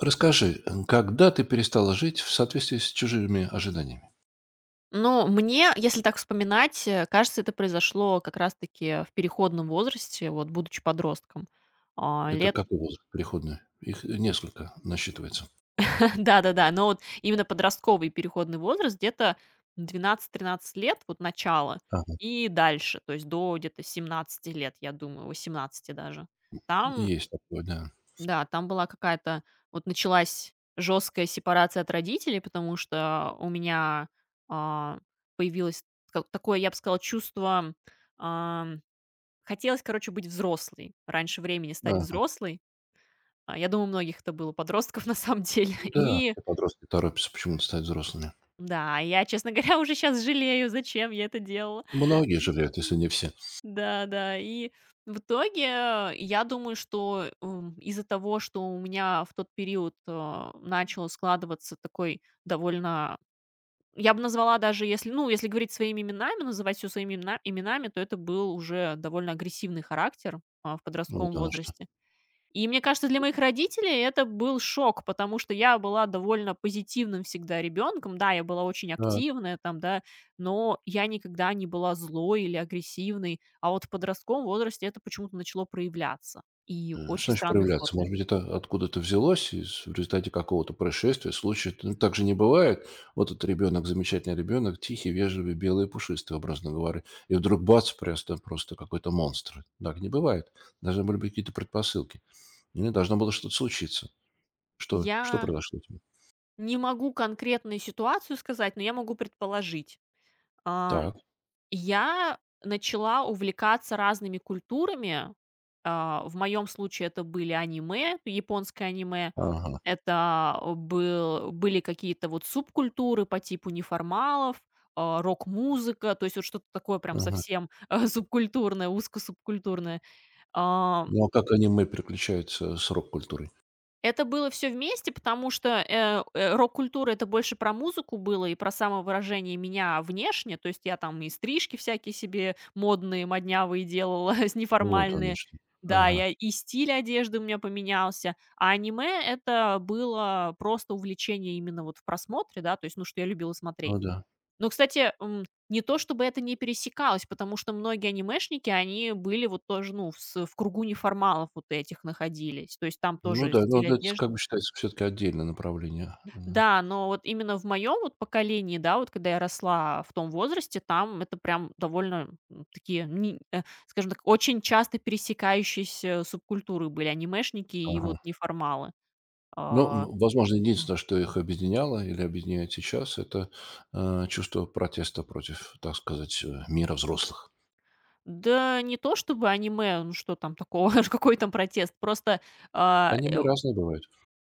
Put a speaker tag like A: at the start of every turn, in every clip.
A: Расскажи, когда ты перестала жить в соответствии с чужими ожиданиями?
B: Ну, мне, если так вспоминать, кажется, это произошло как раз-таки в переходном возрасте, вот, будучи подростком. А,
A: Это
B: лет
A: какой возраст переходный? Их несколько насчитывается.
B: да-да-да, но вот именно подростковый переходный возраст где-то 12–13 лет, вот начало,
A: Ага,
B: и дальше, то есть до где-то 17 лет, я думаю, 18 даже. Там,
A: есть такое, да.
B: да, там была какая-то вот началась жесткая сепарация от родителей, потому что у меня, а, появилось ка такое, я бы сказала, чувство, ам хотелось, короче, быть взрослой, раньше времени стать
A: Ага.
B: взрослой. Я думаю, у многих это было, подростков, на самом деле.
A: Да,
B: И
A: все подростки торопятся почему-то стать взрослыми.
B: да, я, честно говоря, уже сейчас жалею, зачем я это делала.
A: Многие жалеют, если
B: М,
A: не все.
B: да-да. И в итоге, я думаю, что, из-за того, что у меня в тот период, начал складываться такой довольно я бы назвала даже, если, ну, если говорить своими именами, называть все своими именами, то это был уже довольно агрессивный характер, в подростковом
A: Вот оно что.
B: возрасте. И мне кажется, для моих родителей это был шок, потому что я была довольно позитивным всегда ребенком. Да, я была очень
A: А,
B: активная там, да, но я никогда не была злой или агрессивной. А вот в подростковом возрасте это почему-то начало проявляться и в
A: Что
B: очень
A: значит
B: странной
A: проявляться?
B: форме.
A: Может быть, это откуда-то взялось в результате какого-то происшествия, случая? Ну, так же не бывает. Вот этот ребенок, замечательный ребенок, тихий, вежливый, белый, пушистый, образно говоря. И вдруг бац, просто какой-то монстр. Так не бывает. Должны были быть какие-то предпосылки. Или должно было что-то случиться. Что
B: Я
A: произошло у тебя?
B: не могу конкретную ситуацию сказать, но я могу предположить. А,
A: Так,
B: Я начала увлекаться разными культурами. В моем случае это были аниме, японское аниме.
A: ага,
B: Это были какие-то вот субкультуры по типу неформалов, рок-музыка, то есть вот что-то такое прям
A: ага.
B: совсем, субкультурное, узкосубкультурное. А
A: Ну, а как аниме переключается с рок-культурой?
B: Это было все вместе, потому что, рок-культура — это больше про музыку было и про самовыражение меня внешне. То есть я там и стрижки всякие себе модные, моднявые делала, с
A: Вот оно
B: неформальные.
A: что.
B: Да,
A: Ага,
B: я и стиль одежды у меня поменялся. А аниме — это было просто увлечение именно вот в просмотре, да, то есть, ну, что я любила смотреть.
A: ну да.
B: Но, кстати, не то чтобы это не пересекалось, потому что многие анимешники, они были вот тоже, ну, в кругу неформалов вот этих находились. То есть там
A: Ну
B: тоже
A: да, ну
B: стиль
A: да, это
B: одежды,
A: как бы считается все-таки отдельное направление.
B: да, но вот именно в моем вот поколении, да, вот когда я росла в том возрасте, там это прям довольно такие, скажем так, очень часто пересекающиеся субкультуры были анимешники и
A: Ага.
B: вот неформалы.
A: Ну,
B: А,
A: возможно, единственное, что их объединяло или объединяет сейчас, это чувство протеста против, так сказать, мира взрослых.
B: Да не то чтобы аниме, ну что там такого, какой там протест, просто а,
A: Они мы разные бывают.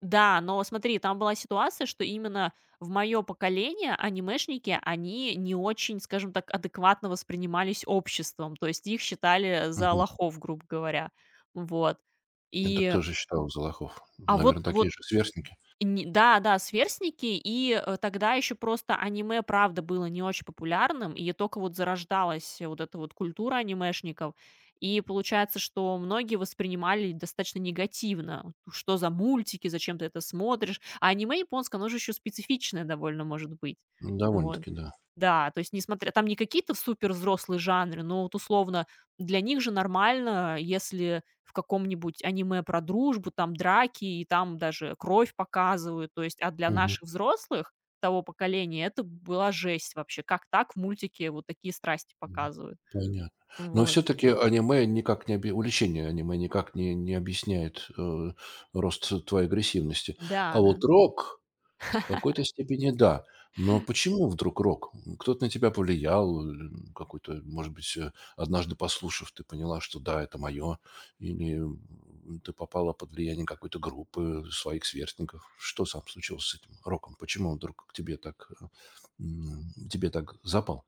B: да, но смотри, там была ситуация, что именно в мое поколение анимешники, они не очень, скажем так, адекватно воспринимались обществом, то есть их считали за
A: Мгм.
B: лохов, грубо говоря. Вот.
A: Это
B: И,
A: кто же считал за лохов?
B: а вот
A: Наверное, такие
B: вот
A: же сверстники.
B: не Да, да, сверстники, и, тогда еще просто аниме, правда, было не очень популярным, и только вот зарождалась вот эта вот культура анимешников. И получается, что многие воспринимали достаточно негативно: "Что за мультики? Зачем ты это смотришь?" А аниме японское, оно же еще специфичное довольно может быть.
A: М,
B: Вот.
A: довольно-таки, да.
B: Да, то есть несмотря там не какие-то супер взрослые жанры, но вот условно для них же нормально, если в каком-нибудь аниме про дружбу, там драки и там даже кровь показывают. То есть, а для
A: Мгм.
B: наших взрослых того поколения это была жесть вообще. Как так в мультике вот такие страсти
A: Мгм.
B: показывают?
A: Понятно. Но
B: Вот.
A: все-таки аниме никак не обе- увлечение аниме никак не, не объясняет рост твоей агрессивности.
B: Да,
A: А
B: да.
A: вот рок, в какой-то степени да. Но почему вдруг рок? М, кто-то на тебя повлиял, какой-то, может быть, однажды послушав, ты поняла, что да, это мое, или ты попала под влияние какой-то группы своих сверстников. Что сам случилось с этим роком? Почему он вдруг к тебе так, тебе так запал?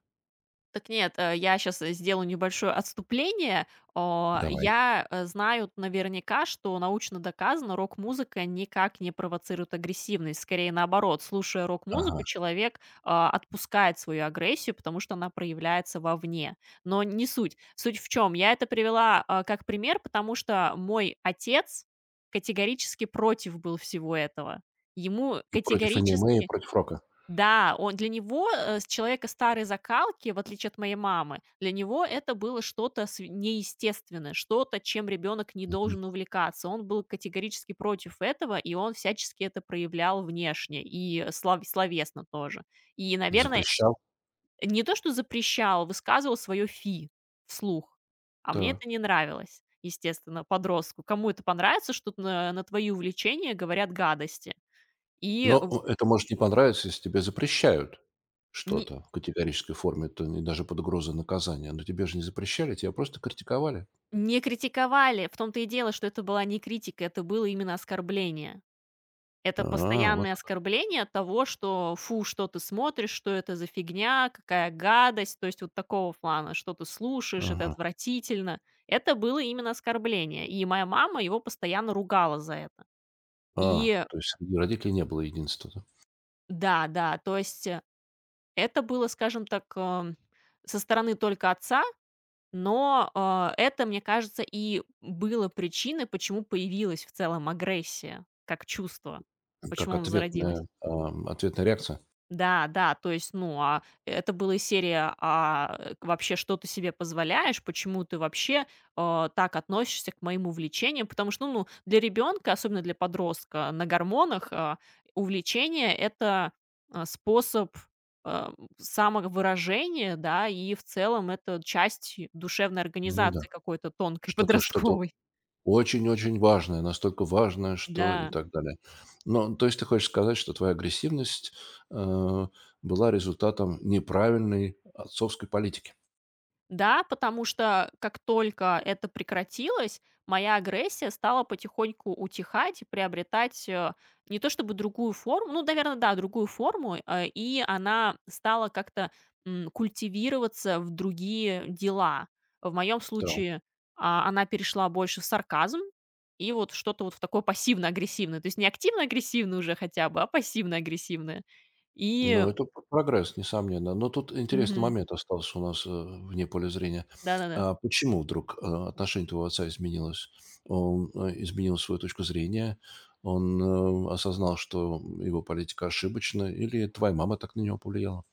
B: Так нет, я сейчас сделаю небольшое отступление.
A: Давай.
B: Я, знаю наверняка, что научно доказано, рок-музыка никак не провоцирует агрессивность. Скорее, наоборот, слушая
A: Ага.
B: рок-музыку, человек, отпускает свою агрессию, потому что она проявляется вовне. Но не суть. Суть в чем? Я это привела, как пример, потому что мой отец категорически против был всего этого. Ему
A: И против аниме, и
B: категорически
A: против рока.
B: Да, он, для него, с человека старой закалки, в отличие от моей мамы, для него это было что-то св неестественное, что-то, чем ребенок не
A: Мгм.
B: должен увлекаться. Он был категорически против этого, и он всячески это проявлял внешне и словесно тоже. И, наверное,
A: Запрещал?
B: не то что запрещал, высказывал свое фи вслух, а мне
A: Да.
B: это не нравилось, естественно, подростку. Кому это понравится, что на твои увлечения говорят гадости? И
A: Но это может не понравиться, если тебе запрещают
B: в
A: что-то в категорической форме, то не даже под угрозой наказания. Но тебе же не запрещали, тебя просто критиковали.
B: Не критиковали. В том-то и дело, что это была не критика, это было именно оскорбление. Это
A: А, вот
B: постоянное
A: как.
B: оскорбление того, что "фу, что ты смотришь, что это за фигня, какая гадость", то есть вот такого плана, что ты слушаешь, это
A: Ага.
B: отвратительно. Это было именно оскорбление, и моя мама его постоянно ругала за это.
A: А,
B: И
A: то есть среди родителей не было единства, да?
B: да, да, то есть, это было, скажем так, со стороны только отца. Но, это, мне кажется, и было причиной, почему появилась в целом агрессия как чувство,
A: Как
B: почему оно зародилось.
A: ответная, ответная реакция.
B: Да, да, то есть, ну, это была и серия: Вообще, что ты себе позволяешь? Почему ты вообще, так относишься к моим увлечениям?" Потому что, ну, для ребенка, особенно для подростка на гормонах, увлечение — это, способ, а, самовыражения, да, и в целом это часть душевной
A: Ну да.
B: организации какой-то тонкой,
A: Что-то что-то
B: подростковой.
A: очень-очень важное, настолько важное, что и
B: Да.
A: так далее. Но, то есть ты хочешь сказать, что твоя агрессивность, э, была результатом неправильной отцовской политики?
B: Да, потому что как только это прекратилось, моя агрессия стала потихоньку утихать и приобретать, не то чтобы другую форму, ну, наверное, да, другую форму, и она стала как-то культивироваться в другие дела. В моем
A: Так.
B: случае она перешла больше в сарказм и вот что-то вот в такое пассивно-агрессивное. То есть не активно-агрессивное уже хотя бы, а пассивно-агрессивное. И...
A: Ну, это п прогресс, несомненно. Но тут интересный
B: Мгм.
A: момент остался у нас, вне поля зрения.
B: Да-да-да.
A: А почему вдруг, отношение твоего отца изменилось? Он, изменил свою точку зрения? Он, осознал, что его политика ошибочна? Или твоя мама так на него повлияла?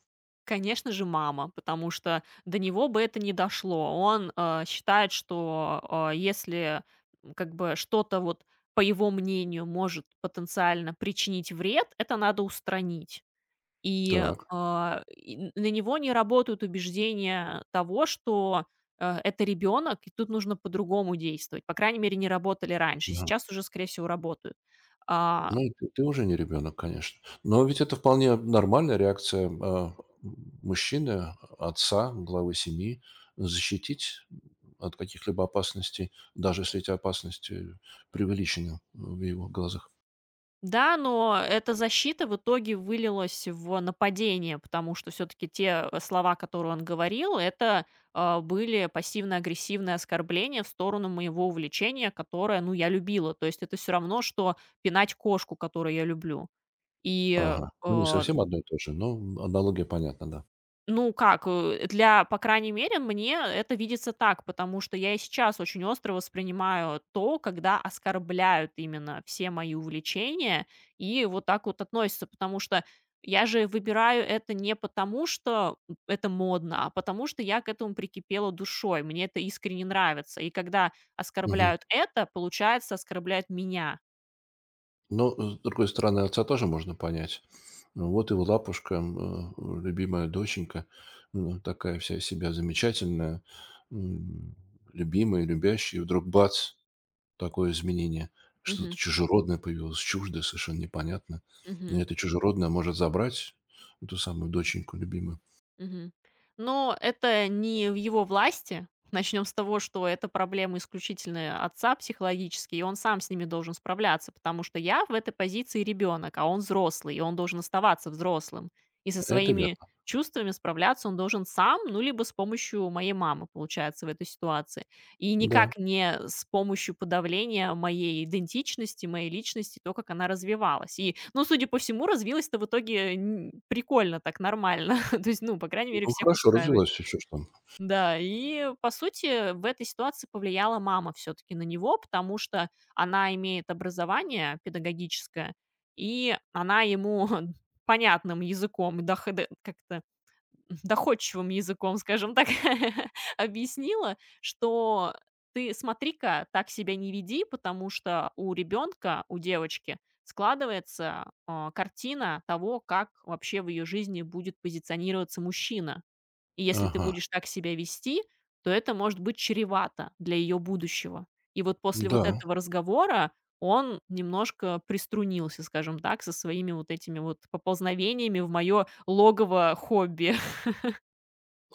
B: Конечно же, мама, потому что до него бы это не дошло. Он, считает, что, если, как бы что-то вот, по его мнению, может потенциально причинить вред, это надо устранить. И,
A: Так.
B: а, и н на него не работают убеждения того, что, это ребенок, и тут нужно по-другому действовать. По крайней мере, не работали раньше. Сейчас уже, скорее всего, работают. А
A: Ну, и ты уже не ребенок, конечно. Но ведь это вполне нормальная реакция, м, мужчины, отца, главы семьи, защитить от каких-либо опасностей, даже если эти опасности преувеличены в его глазах.
B: Да, но эта защита в итоге вылилась в нападение, потому что все-таки те слова, которые он говорил, это, были пассивно-агрессивные оскорбления в сторону моего увлечения, которое, ну, я любила. То есть это все равно, что пинать кошку, которую я люблю. И
A: Ага. Ну, не
B: э,
A: совсем одно и то же, но аналогия понятна, да.
B: ну как, для, по крайней мере, мне это видится так, потому что я и сейчас очень остро воспринимаю то, когда оскорбляют именно все мои увлечения и вот так вот относятся, потому что я же выбираю это не потому, что это модно, а потому что я к этому прикипела душой, мне это искренне нравится. И когда
A: Мгм.
B: оскорбляют это, получается, оскорбляют меня.
A: Но, с другой стороны, отца тоже можно понять. Ну, вот его лапушка, любимая доченька, такая вся из себя замечательная, м, любимая, любящая, и вдруг бац, такое изменение. Что-то
B: Мгм.
A: чужеродное появилось, чуждое, совершенно непонятно. И
B: Мгм.
A: это чужеродное может забрать эту самую доченьку любимую.
B: Мгм. Но это не в его власти. Начнем с того, что это проблемы исключительно отца, психологические, и он сам с ними должен справляться, потому что я в этой позиции ребенок, а он взрослый, и он должен оставаться взрослым. И со
A: Это
B: своими
A: верно,
B: чувствами справляться он должен сам, ну, либо с помощью моей мамы, получается, в этой ситуации. И
A: да.
B: никак не с помощью подавления моей идентичности, моей личности, то, как она развивалась. И, ну, судя по всему, развилась-то в итоге прикольно, так нормально. То есть, ну, по крайней мере,
A: Ну,
B: всех
A: хорошо
B: устраивает.
A: развилось, все что. Ж там.
B: Да, и, по сути, в этой ситуации повлияла мама все таки на него, потому что она имеет образование педагогическое, и она ему понятным языком, и дох д как то доходчивым языком, скажем так, объяснила, что ты смотри-ка, так себя не веди, потому что у ребенка, у девочки складывается, картина того, как вообще в ее жизни будет позиционироваться мужчина. И если ты
A: Ага,
B: будешь так себя вести, то это может быть чревато для ее будущего. И вот после вот
A: да.
B: этого разговора он немножко приструнился, скажем так, со своими вот этими вот поползновениями в мое логово хобби.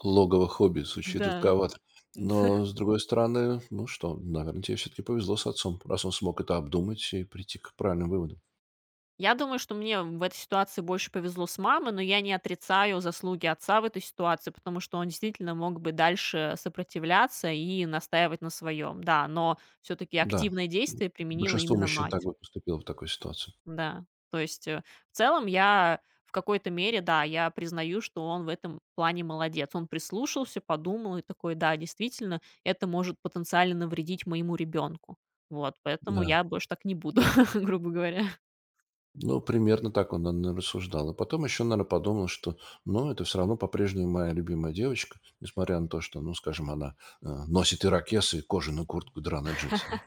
A: Логово хобби звучит
B: Да.
A: жутковато. Но, с другой стороны, ну что, наверное, тебе все-таки повезло с отцом, раз он смог это обдумать и прийти к правильным выводам.
B: Я думаю, что мне в этой ситуации больше повезло с мамой, но я не отрицаю заслуги отца в этой ситуации, потому что он действительно мог бы дальше сопротивляться и настаивать на своем. Да, но все-таки
A: Да,
B: активное
A: м,
B: действие применила
A: большинство
B: именно
A: мужчин так
B: мать.
A: бы поступило в такой ситуации.
B: Да, то есть, в целом я в какой-то мере, да, я признаю, что он в этом плане молодец. Он прислушался, подумал и такой: "Да, действительно, это может потенциально навредить моему ребенку". Вот, поэтому
A: Да,
B: я больше так не буду, грубо говоря.
A: ну, примерно так он, наверное, рассуждал. И потом еще, наверное, подумал, что, ну, это все равно по-прежнему моя любимая девочка, несмотря на то, что, ну, скажем, она носит ирокез и кожаную куртку, драные джинсы. Да.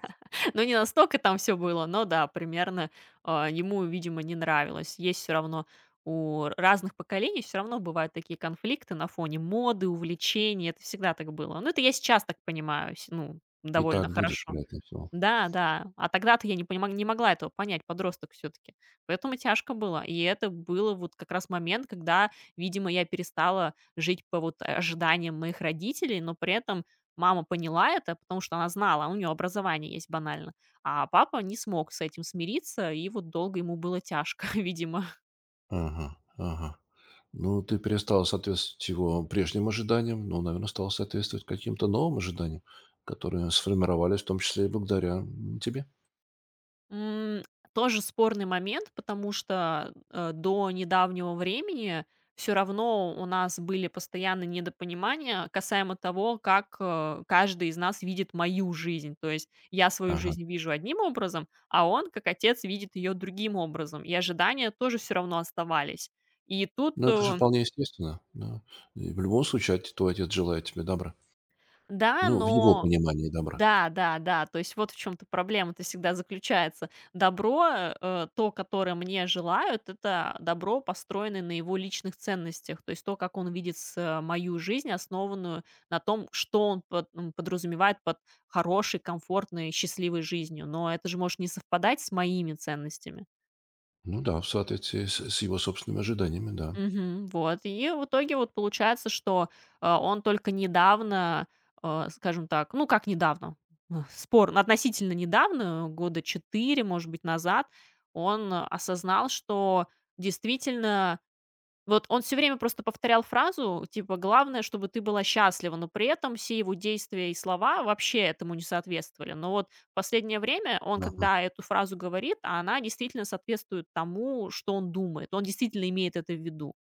B: Ну, не настолько там все было, но да, примерно, ему, видимо, не нравилось. Есть все равно у разных поколений, все равно бывают такие конфликты на фоне моды, увлечений. Это всегда так было. Ну, это я сейчас так понимаю, с, ну,
A: И
B: довольно
A: так будет,
B: хорошо.
A: вероятно, всего.
B: Да, да. А тогда-то я не могла этого понять, подросток все таки Поэтому тяжко было. И это было вот как раз момент, когда, видимо, я перестала жить по вот ожиданиям моих родителей, но при этом мама поняла это, потому что она знала, у нее образование есть банально, а папа не смог с этим смириться, и вот долго ему было тяжко, видимо.
A: Ага, ага. Ну, ты перестала соответствовать его прежним ожиданиям, но, наверное, стала соответствовать каким-то новым ожиданиям, которые сформировались в том числе и благодаря тебе.
B: М, тоже спорный момент, потому что, до недавнего времени все равно у нас были постоянные недопонимания касаемо того, как, каждый из нас видит мою жизнь. То есть я свою
A: Ага.
B: жизнь вижу одним образом, а он, как отец, видит ее другим образом. И ожидания тоже все равно оставались. И тут,
A: Ну, это же
B: э,
A: вполне естественно. Да. И в любом случае, твой отец желает тебе добра.
B: да,
A: Ну, в его
B: но
A: понимании добра.
B: Да, да, да, то есть вот в чем то проблема-то всегда заключается. Добро, то, которое мне желают, это добро, построенное на его личных ценностях, то есть то, как он видит, мою жизнь, основанную на том, что он под, подразумевает под хорошей, комфортной, счастливой жизнью. Но это же может не совпадать с моими ценностями.
A: Ну да, в соответствии с его собственными ожиданиями, да.
B: Мгм. Вот. И в итоге вот получается, что, он только недавно, скажем так, ну, как недавно, относительно недавно, года 4, может быть, назад, он осознал, что действительно вот он все время просто повторял фразу, типа: "Главное, чтобы ты была счастлива", но при этом все его действия и слова вообще этому не соответствовали. Но вот в последнее время он,
A: Ага.
B: когда эту фразу говорит, она действительно соответствует тому, что он думает. Он действительно имеет это в виду.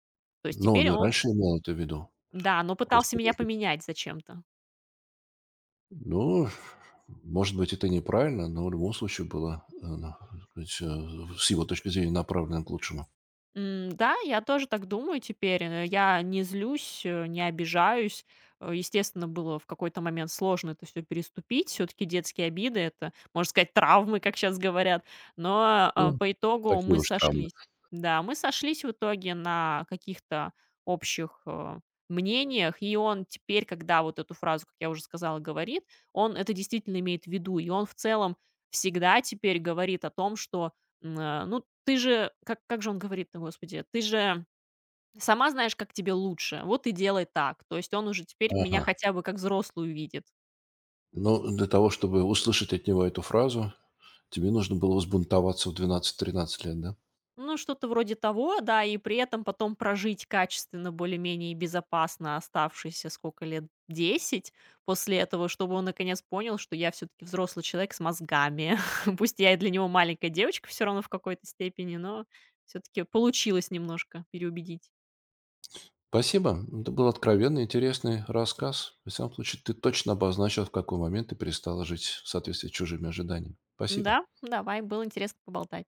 B: То есть
A: Но он
B: теперь
A: и
B: он
A: раньше имел это в виду.
B: да, но пытался
A: Просто,
B: меня
A: может быть,
B: поменять зачем-то.
A: Ну, может быть, это неправильно, но в любом случае было, ну, так сказать, с его точки зрения направлено к лучшему.
B: М, да, я тоже так думаю теперь. Я не злюсь, не обижаюсь. Естественно, было в какой-то момент сложно это все переступить. Все-таки детские обиды — это, можно сказать, травмы, как сейчас говорят.
A: Ну,
B: По итогу
A: такие
B: мы
A: уж травмы.
B: сошлись. Да, мы сошлись в итоге на каких-то общих мнениях, и он теперь, когда вот эту фразу, как я уже сказала, говорит, он это действительно имеет в виду, и он в целом всегда теперь говорит о том, что, ну, ты же, как же он говорит-то, господи, ты же сама знаешь, как тебе лучше, вот и делай так. То есть он уже теперь меня
A: Ага.
B: хотя бы как взрослую видит.
A: Но для того, чтобы услышать от него эту фразу, тебе нужно было взбунтоваться в 12-13 лет, да?
B: Ну, что-то вроде того, да, и при этом потом прожить качественно, более-менее и безопасно оставшиеся сколько лет, 10 после этого, чтобы он наконец понял, что я все таки взрослый человек с мозгами. Пусть я и для него маленькая девочка все равно в какой-то степени, но все таки получилось немножко переубедить.
A: Спасибо. Это был откровенный, интересный рассказ. В всяком случае, ты точно обозначил, в какой момент ты перестала жить в соответствии с чужими ожиданиями. Спасибо.
B: Да, давай, было интересно поболтать.